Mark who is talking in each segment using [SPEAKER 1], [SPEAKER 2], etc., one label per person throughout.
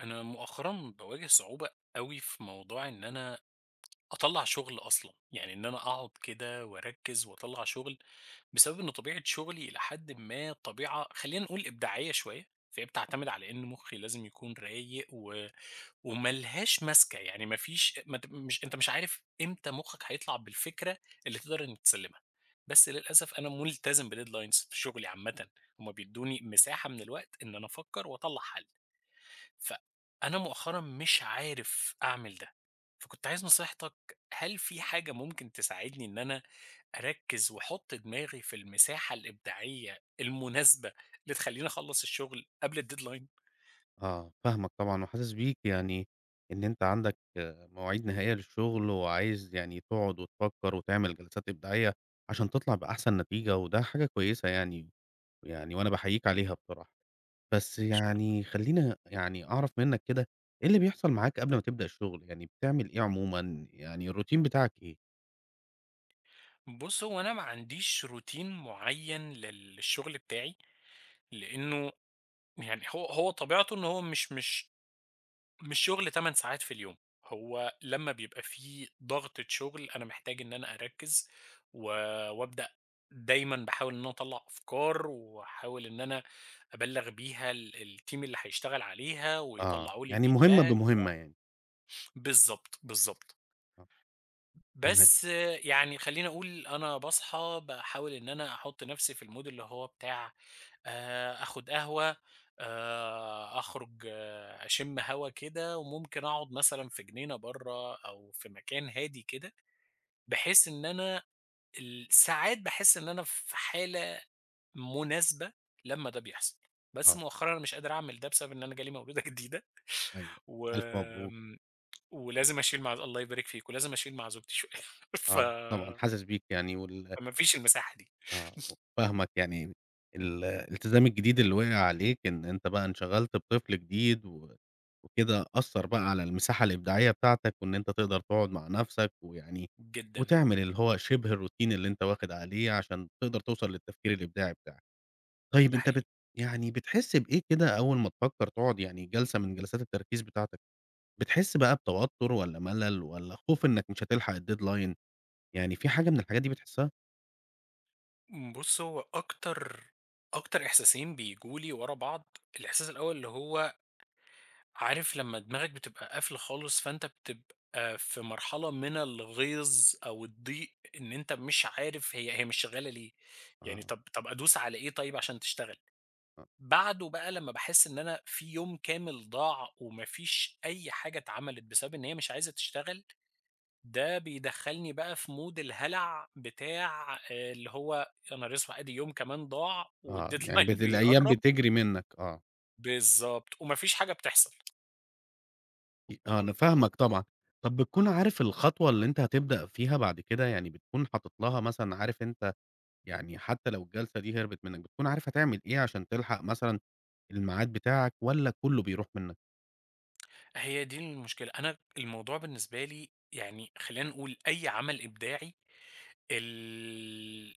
[SPEAKER 1] أنا مؤخرًا باواجه صعوبة أوي في موضوع إن أنا أطلّع شغل أصلًا، يعني إن أنا أقعد كده وأركّز وأطلّع شغل، بسبب إن طبيعة شغلي إلى حدٍ ما طبيعة خلّينا نقول إبداعية شوية، فهي بتعتمد على إن مُخّي لازم يكون رايق وما لهاش ماسكة، يعني ما فيش ما ت مش أنت مش عارف إمتى مُخّك هيطلع بالفكرة اللي تقدر إنك تسلّمها، بس للأسف أنا ملتزم بdeadlines في شغلي عامةً، هُم بيدّوني مساحة من الوقت إن أنا أفكّر وأطلّع حل. فأنا مؤخرًا مش عارف أعمل ده، فكنت عايز نصيحتك، هل في حاجة ممكن تساعدني إن أنا أركّز وأحُط دماغي في المساحة الإبداعية المناسبة اللي تخلّيني أخلّص الشغل قبل الdeadline؟
[SPEAKER 2] آه، فاهمك طبعًا وحاسس بيك، يعني إن أنت عندك آه، مواعيد نهائية للشغل وعايز يعني تقعد وتفكّر وتعمل جلسات إبداعية عشان تطلع بأحسن نتيجة وده حاجة كويسة يعني، يعني وأنا باحييك عليها بصراحة. بس
[SPEAKER 1] أشكرك.
[SPEAKER 2] يعني خلّيني يعني أعرف منّك كده إيه اللي بيحصل معاك قبل
[SPEAKER 1] اتفضل.
[SPEAKER 2] ما تبدأ الشغل، يعني بتعمل إيه عمومًا، يعني الروتين بتاعك إيه؟
[SPEAKER 1] بُص، هو أنا ما عنديش روتين معيّن للشغل بتاعي، لإنه يعني هو طبيعته إن هو مش شغل 8 ساعات في اليوم، هو لمّا بيبقى في ضغطة شغل أنا محتاج إن أنا أركّز و وأبدأ دايمًا باحاول إن أنا أطلّع أفكار واحاول إن أنا أبلّغ بيها الteam اللي هيشتغل عليها
[SPEAKER 2] آه،
[SPEAKER 1] ويطلّعوا لي
[SPEAKER 2] يعني مهمة
[SPEAKER 1] feedback.
[SPEAKER 2] بمهمة يعني.
[SPEAKER 1] بالضبط، بالضبط.
[SPEAKER 2] آه، تمام،
[SPEAKER 1] بس يعني خلّيني أقول أنا باصحى باحاول إن أنا أحُط نَفْسي في الmood اللي هو بتاع، آخُد قهوة، أخرُج، أشِم هوا كده وممكن أقعُد مثلًا في جنينة برّه أو في مكان هادي كده، بحيث إن أنا ساعات باحس إن أنا في حالة مناسبة لمّا ده بيحصل. بس
[SPEAKER 2] آه،
[SPEAKER 1] مؤخرًا أنا مش قادر أعمل ده بسبب إن أنا جالي مولودة جديدة
[SPEAKER 2] أيوه، ألف مبروك،
[SPEAKER 1] وآمم ولازم أشيل، مع الله يبارك فيك، ولازم أشيل مع زوجتي شوية ف
[SPEAKER 2] آه، طبعًا حاسس بيك يعني وال
[SPEAKER 1] فما فيش المساحة دي.
[SPEAKER 2] آه، فاهمك، يعني الالتزام الجديد اللي وقع عليك إن أنت بقى انشغلت بطفل جديد و وكده أثّر بقى على المساحة الإبداعية بتاعتك وإن أنت تقدر تقعد مع نَفْسك ويعني
[SPEAKER 1] جدًا،
[SPEAKER 2] وتعمل اللي هو شِبه الروتين اللي أنت واخد عليه عشان تقدر توصل للتفكير الإبداعي بتاعك. طيب
[SPEAKER 1] ده
[SPEAKER 2] أنت
[SPEAKER 1] حقيقي.
[SPEAKER 2] يعني بتحس بإيه كده أول ما تفكّر تقعد يعني جلسة من جلسات التركيز بتاعتك، بتحس بقى بتوتُّر والّا ملل والّا خوف إنّك مش هتلحق الdeadline؟ يعني في حاجة من الحاجات دي بتحسّها؟
[SPEAKER 1] بُص، هو أكتر إحساسين بييجوا لي ورا بعض، الإحساس الأول اللي هو، عارف لمّا دماغك بتبقى قافلة خالص، فأنت بتبقى في مرحلة من الغيظ أو الضيق، إن أنت مش عارف هي مش شغالة ليه،
[SPEAKER 2] آه.
[SPEAKER 1] يعني
[SPEAKER 2] آه.
[SPEAKER 1] طب أدوس على إيه طيب عشان تشتغل؟ بعده بقى لمّا باحس إن أنا في يوم كامل ضاع وما فيش أي حاجة اتعملت بسبب إن هي مش عايزة تشتغل، ده بيدخّلني بقى في mood الهلع بتاع، اللي هو يا نهار أسوح أدي يوم كمان ضاع
[SPEAKER 2] آه، يعني
[SPEAKER 1] والdeadline
[SPEAKER 2] بت الأيام
[SPEAKER 1] بيقرّب.
[SPEAKER 2] بتجري منّك آه،
[SPEAKER 1] بالضبط، وما فيش حاجة بتحصل.
[SPEAKER 2] آه، أنا فاهمك طبعًا. طَب بتكون عارف الخطوة اللي أنت هتبدأ فيها بعد كده، يعني بتكون حاطط لها مثلًا عارف أنت يعني حتى لو الجلسة دي هربت منّك، بتكون عارف هتعمل إيه عشان تلحق مثلًا الميعاد بتاعك والّا كلّه بيروح منّك؟
[SPEAKER 1] هي دي المشكلة. أنا الموضوع بالنسبة لي، يعني خلّينا نقول أي عمل إبداعي، ال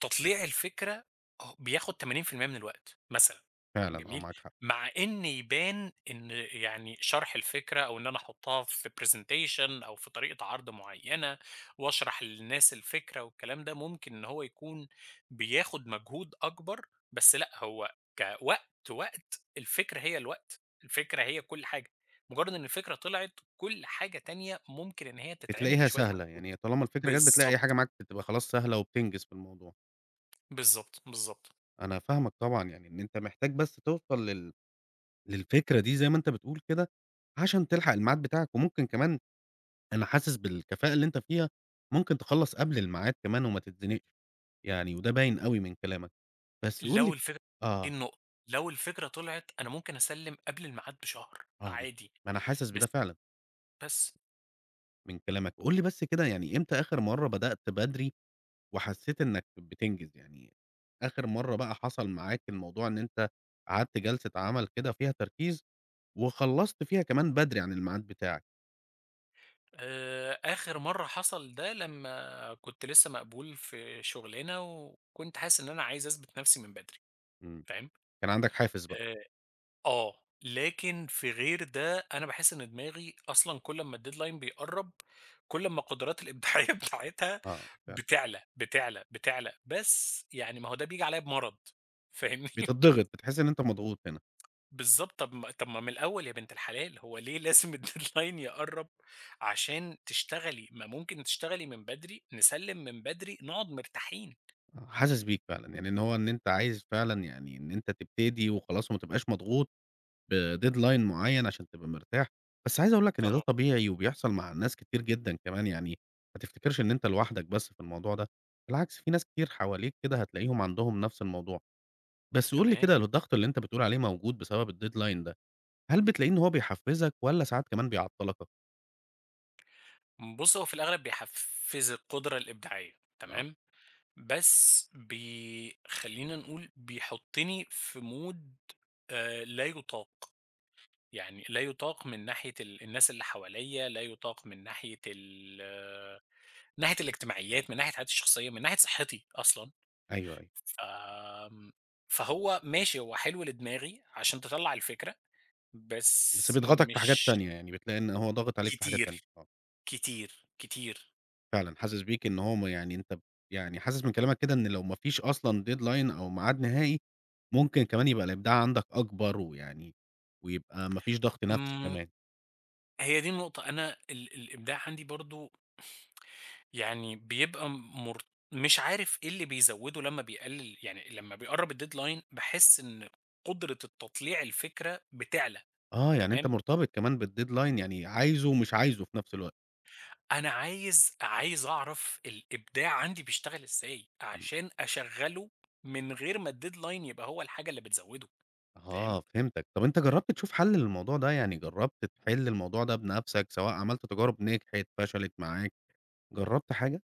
[SPEAKER 1] تطليع الفكرة بياخد 80% من الوقت مثلًا،
[SPEAKER 2] فعلًا آه،
[SPEAKER 1] جميل؟
[SPEAKER 2] معاك حق.
[SPEAKER 1] مع إن يبان إن يعني شرح الفكرة أو إن أنا أحطها في presentation أو في طريقة عرض معيّنة وأشرح للناس الفكرة والكلام ده، ممكن إن هو يكون بياخد مجهود أكبر، بس لأ، هو كوقت، وقت الفكرة هي الوقت، الفكرة هي كل حاجة، مجرد إن الفكرة طلعت كل حاجة تانية ممكن إن هي تتعمل
[SPEAKER 2] بتلاقيها
[SPEAKER 1] بشوية
[SPEAKER 2] سهلة،
[SPEAKER 1] مجهود.
[SPEAKER 2] يعني طالما الفكرة جات بتلاقي أي حاجة
[SPEAKER 1] بالضبط،
[SPEAKER 2] معاك بتبقى خلاص سهلة وبتنجز في الموضوع.
[SPEAKER 1] بالضبط، بالضبط.
[SPEAKER 2] أنا فاهمك طبعًا، يعني إن أنت محتاج بس توصل للفكرة دي زي ما أنت بتقول كده، عشان تلحق الميعاد بتاعك وممكن كمان أنا حاسس بالكفاءة اللي أنت فيها، ممكن تخلّص قبل الميعاد كمان وما تتزنقش، يعني وده باين أوي من كلامك، بس قُل
[SPEAKER 1] لو
[SPEAKER 2] لي
[SPEAKER 1] الفكرة دي
[SPEAKER 2] آه،
[SPEAKER 1] النقطة، لو الفكرة طلعت أنا ممكن أسلِّم قبل الميعاد بشهر
[SPEAKER 2] آه،
[SPEAKER 1] عادي.
[SPEAKER 2] ما أنا حاسس
[SPEAKER 1] بس
[SPEAKER 2] بده فعلًا
[SPEAKER 1] بس
[SPEAKER 2] من كلامك، قُل لي بس كده يعني إمتى آخر مرّة بدأت بدري وحسيت إنك بتنجز، يعني آخر مرّة بقى حصل معاك الموضوع إن أنت قعدت جلسة عمل كده فيها تركيز وخلّصت فيها كمان بدري عن الميعاد بتاعك؟
[SPEAKER 1] آخر مرّة حصل ده لمّا كنت لسه مقبول في شُغلانة وكنت حاسس إن أنا عايز أثبت نَفْسي من بدري،
[SPEAKER 2] إمم،
[SPEAKER 1] فاهم؟
[SPEAKER 2] كان عندك حافز بقى،
[SPEAKER 1] آآ، آه، لكن في غير ده أنا باحس إن دماغي أصلًا كل أمّا الdeadline بيقرّب، كل أمّا القدرات الإبداعية بتاعتها
[SPEAKER 2] آه، فعلًا،
[SPEAKER 1] بتعلى، بتعلى، بتعلى، بس يعني ما هو ده بييجي عليّا بمرض،
[SPEAKER 2] آه،
[SPEAKER 1] فاهمني؟
[SPEAKER 2] بتضغط، بتحس إن أنت مضغوط هنا.
[SPEAKER 1] بالضبط. طب ما من الأول يا بنت الحلال، هو ليه لازم الdeadline يقرّب عشان تشتغلي؟ ما ممكن تشتغلي من بدري، نسلِّم من بدري، نقعد مرتاحين.
[SPEAKER 2] آه، حاسس بيك فعلًا، يعني إن هو إن أنت عايز فعلًا يعني إن أنت تبتدي وخلاص وما تبقاش مضغوط بdeadline معيّن عشان تبقى مرتاح، بس عايز أقول لك إن ده
[SPEAKER 1] أها.
[SPEAKER 2] طبيعي وبيحصل مع ناس كتير جدًا كمان، يعني ما تفتكرش إن أنت لوحدك بس في الموضوع ده، بالعكس في ناس كتير حواليك كده هتلاقيهم عندهم نفس الموضوع. بس قُل لي
[SPEAKER 1] تمام.
[SPEAKER 2] كده لو الضغط اللي أنت بتقول عليه موجود بسبب الdeadline ده، هل بتلاقيه إن هو بيحفزك والّا ساعات كمان بيعطّلك؟
[SPEAKER 1] بُص، هو في الأغلب بيحفّز القدرة الإبداعية،
[SPEAKER 2] آه،
[SPEAKER 1] تمام، بس خلّينا نقول بيحطّني في mood لا يُطاق، يعني لا يُطاق من ناحية الناس اللي حواليّا، لا يُطاق من ناحية من ناحية الاجتماعيات، من ناحية حياتي الشخصية، من ناحية صحّتي أصلًا.
[SPEAKER 2] أيوه، أيوه،
[SPEAKER 1] ف آمم، فهو ماشي، هو حلو لدماغي عشان تطلّع الفكرة،
[SPEAKER 2] بس
[SPEAKER 1] بس
[SPEAKER 2] بيضغطك في حاجات
[SPEAKER 1] مش.
[SPEAKER 2] تانية، يعني بتلاقي إن هو ضاغط عليك في حاجات تانية.
[SPEAKER 1] كتير،
[SPEAKER 2] آه.
[SPEAKER 1] كتير، كتير.
[SPEAKER 2] فعلًا، حاسس بيك إن هو ما يعني أنت يعني حاسس من كلامك كده إن لو ما فيش أصلًا deadline أو ميعاد نهائي، ممكن كمان يبقى الإبداع عندك أكبر ويعني ويبقى ما فيش ضغط نفسي
[SPEAKER 1] إمم،
[SPEAKER 2] كمان.
[SPEAKER 1] هي دي النقطة، أنا الإبداع عندي برضه يعني بيبقى، مش عارف إيه اللي بيزوّده، لمّا بيقلل يعني لمّا بيقرّب الdeadline باحس إن قدرة التطليع الفكرة بتعلى،
[SPEAKER 2] آه، يعني أنت
[SPEAKER 1] تمام؟
[SPEAKER 2] مرتبط كمان بالdeadline يعني عايزه ومش عايزه في نفس الوقت.
[SPEAKER 1] أنا عايز أعرف الإبداع عندي بيشتغل إزاي، عشان أشغّله من غير ما الdeadline يبقى هو الحاجة اللي بتزوّده، فاهم؟
[SPEAKER 2] آه، فهمتك. طب أنت جرّبت تشوف حل للموضوع ده؟ يعني جرّبت تحل الموضوع ده بنفسك، سواء عملت تجارب نجحت، فشلت معاك، جرّبت حاجة؟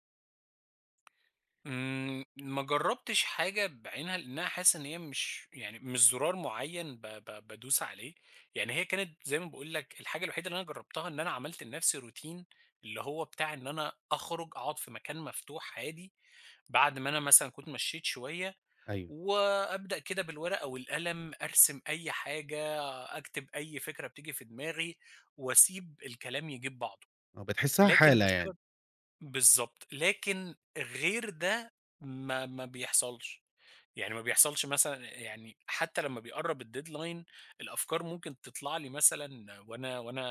[SPEAKER 1] ما جرّبتش حاجة بعينها، لإن أنا حاسس إن هي مش، يعني مش زرار معيّن ب ب بادوس عليه، يعني هي كانت زي ما باقول لك، الحاجة الوحيدة اللي أنا جرّبتها إن أنا عملت لنَفْسي روتين اللي هو بتاع إن أنا أخرج أقعد في مكان مفتوح هادي، بعد ما أنا مثلًا كنت مشيت شوية،
[SPEAKER 2] أيوه،
[SPEAKER 1] وأبدأ كده بالورقة والقلم أرسم أي حاجة، أكتب أي فكرة بتيجي في دماغي وأسيب الكلام يجيب بعضه.
[SPEAKER 2] آه، بتحسها
[SPEAKER 1] لكن
[SPEAKER 2] حالة يعني.
[SPEAKER 1] بسبب بالضبط، لكن غير ده ما بيحصلش، يعني ما بيحصلش مثلًا، يعني حتى لمّا بيقرّب الdeadline الأفكار ممكن تطلع لي مثلًا، وأنا،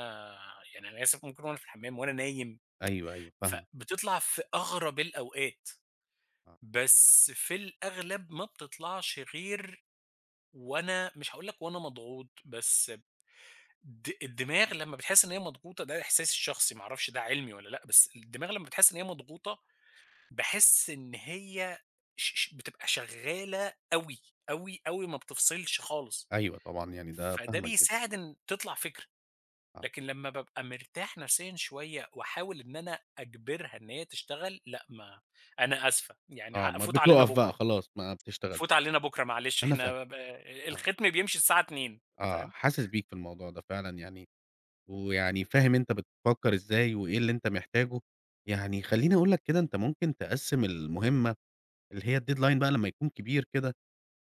[SPEAKER 1] يعني أنا آسف، ممكن وأنا في الحمام، وأنا نايم،
[SPEAKER 2] أيوه، أيوه، فاهمك،
[SPEAKER 1] فبتطلع في أغرب الأوقات،
[SPEAKER 2] آه،
[SPEAKER 1] بس في الأغلب ما بتطلعش غير وأنا، مش هاقول لك وأنا مضغوط، بس الدماغ لمّا بتحس إن هي مضغوطة، ده إحساسي الشخصي ما أعرفش ده علمي والّا لأ، بس الدماغ لمّا بتحس إن هي مضغوطة، باحس إن هي ش ش بتبقى شغالة أوي، أوي، أوي، ما بتفصلش خالص،
[SPEAKER 2] أيوه طبعًا، يعني ده
[SPEAKER 1] فده
[SPEAKER 2] فاهمك جدًا،
[SPEAKER 1] بيساعد إن تطلع فكرة،
[SPEAKER 2] آه.
[SPEAKER 1] لكن لمّا بابقى مرتاح نفسيًا شوية وأحاول إن أنا أجبرها إن هي تشتغل، لأ. ما أنا آسفة، يعني
[SPEAKER 2] آه، ما
[SPEAKER 1] فوت علينا
[SPEAKER 2] بتُقف بقى
[SPEAKER 1] بُكرة،
[SPEAKER 2] خلاص ما بتشتغلش،
[SPEAKER 1] فوت علينا بُكرة معلش،
[SPEAKER 2] أنا فاهمك
[SPEAKER 1] إحنا ب
[SPEAKER 2] آه،
[SPEAKER 1] الختم بيمشي الساعة 14:00.
[SPEAKER 2] آه،
[SPEAKER 1] فاهم؟
[SPEAKER 2] حاسس بيك في الموضوع ده فعلًا يعني، ويعني فاهم أنت بتفكّر إزاي وإيه اللي أنت محتاجه، يعني خلّيني أقول لك كده أنت ممكن تقسّم المهمة اللي هي الdeadline بقى لمّا يكون كبير كده،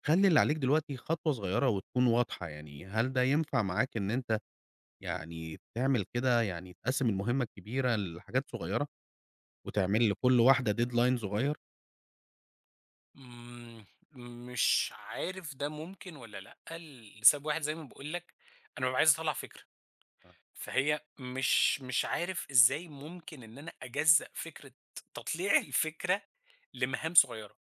[SPEAKER 2] خلّي اللي عليك دلوقتي خطوة صغيّرة وتكون واضحة، يعني هل ده ينفع معاك إن أنت يعني تعمل كده يعني تقسّم المهمة الكبيرة لحاجات صغيّرة وتعمل لكل واحدة deadline صغيّر؟
[SPEAKER 1] إمم، مش عارف ده ممكن والّا لأ، لسبب واحد زي ما باقول لك، أنا بابقى عايز أطلّع فكرة،
[SPEAKER 2] آه،
[SPEAKER 1] فهي مش عارف إزاي ممكن إن أنا أجزّأ فكرة تطليع الفكرة لمهام صغيّرة،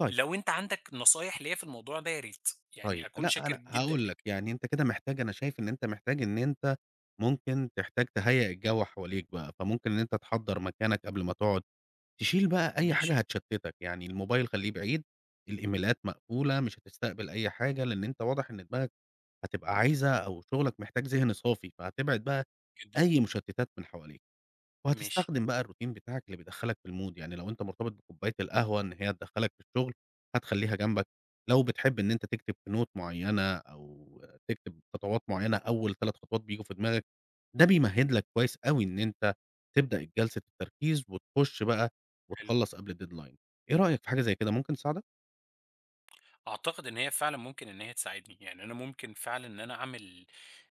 [SPEAKER 2] طيب.
[SPEAKER 1] لو أنت عندك نصايح ليّا في الموضوع ده يا ريت، يعني
[SPEAKER 2] طيب،
[SPEAKER 1] أكون
[SPEAKER 2] لأ
[SPEAKER 1] شاكر
[SPEAKER 2] أنا
[SPEAKER 1] جدًا
[SPEAKER 2] هاقول لك،
[SPEAKER 1] ليك.
[SPEAKER 2] يعني أنت كده محتاج أنا شايف إن أنت محتاج إن أنت ممكن تحتاج تهيّأ الجو حواليك بقى، فممكن إن أنت تحضّر مكانك قبل ما تقعد، تشيل بقى أي حاجة
[SPEAKER 1] ماشي.
[SPEAKER 2] هتشتتك، يعني الموبايل خلّيه بعيد، الإيميلات مقفولة، مش هتستقبل أي حاجة، لإن أنت واضح إن دماغك هتبقى عايزة أو شغلك محتاج ذهن صافي، فهتبعد بقى
[SPEAKER 1] جدًا.
[SPEAKER 2] أي مشتتات من حواليك.
[SPEAKER 1] ماشي.
[SPEAKER 2] وهتستخدم بقى الروتين بتاعك اللي بيدخّلك في الmood، يعني لو أنت مرتبط بكوباية القهوة إن هي تدخّلك في الشغل، هتخلّيها جنبك، لو بتحب إن أنت تكتب في note معيّنة أو تكتب خطوات معيّنة أول 3 خطوات بييجوا في دماغك، ده بيمهّد لك كويس أوي إن أنت تبدأ جلسة التركيز وتخش بقى
[SPEAKER 1] حلو.
[SPEAKER 2] وتخلّص قبل الdeadline. إيه رأيك في حاجة زي كده ممكن تساعدك؟
[SPEAKER 1] أعتقد إن هي فعلًا ممكن إن هي تساعدني، يعني أنا ممكن فعلًا إن أنا أعمل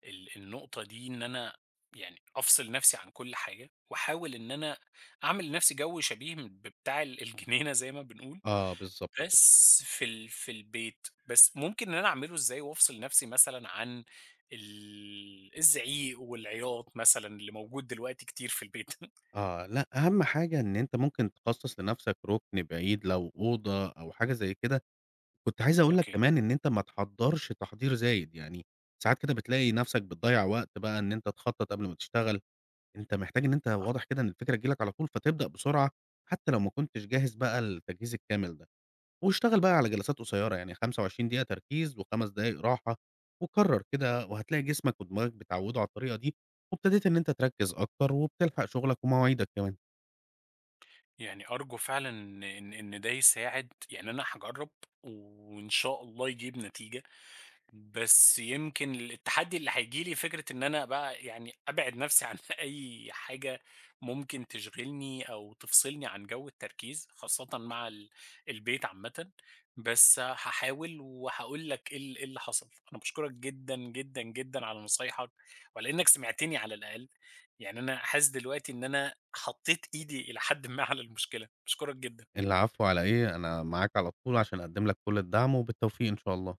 [SPEAKER 1] النقطة دي، إن أنا يعني أفصل نفسي عن كل حاجة، وأحاول إن أنا أعمل لنفسي جو شبيه بتاع الجنينة زي ما بنقول،
[SPEAKER 2] آه بالضبط كده.
[SPEAKER 1] بس في في البيت، بس ممكن إن أنا أعمله إزاي وأفصل نفسي مثلًا عن الزعيق والعياط مثلًا اللي موجود دلوقتي كتير في البيت.
[SPEAKER 2] آه، لأ أهم حاجة إن أنت ممكن تخصّص لنَفْسك رُكن بعيد لو أوضة أو حاجة زي كده كنت عايز أقول لك
[SPEAKER 1] أوكي.
[SPEAKER 2] كمان إن أنت ما تحضّرش تحضير زايد، يعني ساعات كده بتلاقي نَفْسك بتضيّع وقت بقى إن أنت تخطّط قبل ما تشتغل، أنت محتاج إن أنت واضح كده إن الفكرة تيجي لك على طول، فتبدأ بسرعة حتى لو ما كنتش جاهز بقى التجهيز الكامل ده، واشتغل بقى على جلسات قصيّرة، يعني 25 دقيقة تركيز و5 دقايق راحة، وكرّر كده وهتلاقي جسمك ودماغك بيتعوّدوا على الطريقة دي، وابتديت إن أنت تركّز أكتر وبتلحق شغلك ومواعيدك كمان.
[SPEAKER 1] يعني أرجو فعلًا إن ده يساعد، يعني أنا هاجرب وإن شاء الله يجيب نتيجة. بس يمكن التحدي اللي هييجي لي فكرة إن أنا بقى يعني أبعد نفسي عن أي حاجة ممكن تشغلني أو تفصلني عن جو التركيز، خاصة مع البيت عامة، بس هحاول وهقول لك إيه اللي حصل. أنا بشكرك جدا جدا جدا على نصايحك وعلى إنك سمعتني على الأقل، يعني أنا حاسس دلوقتي إن أنا حطيت إيدي إلى حد ما على المشكلة، بشكرك جدا
[SPEAKER 2] العفو على إيه، أنا معاك على طول عشان أقدّم لك كل الدعم، وبالتوفيق إن شاء الله.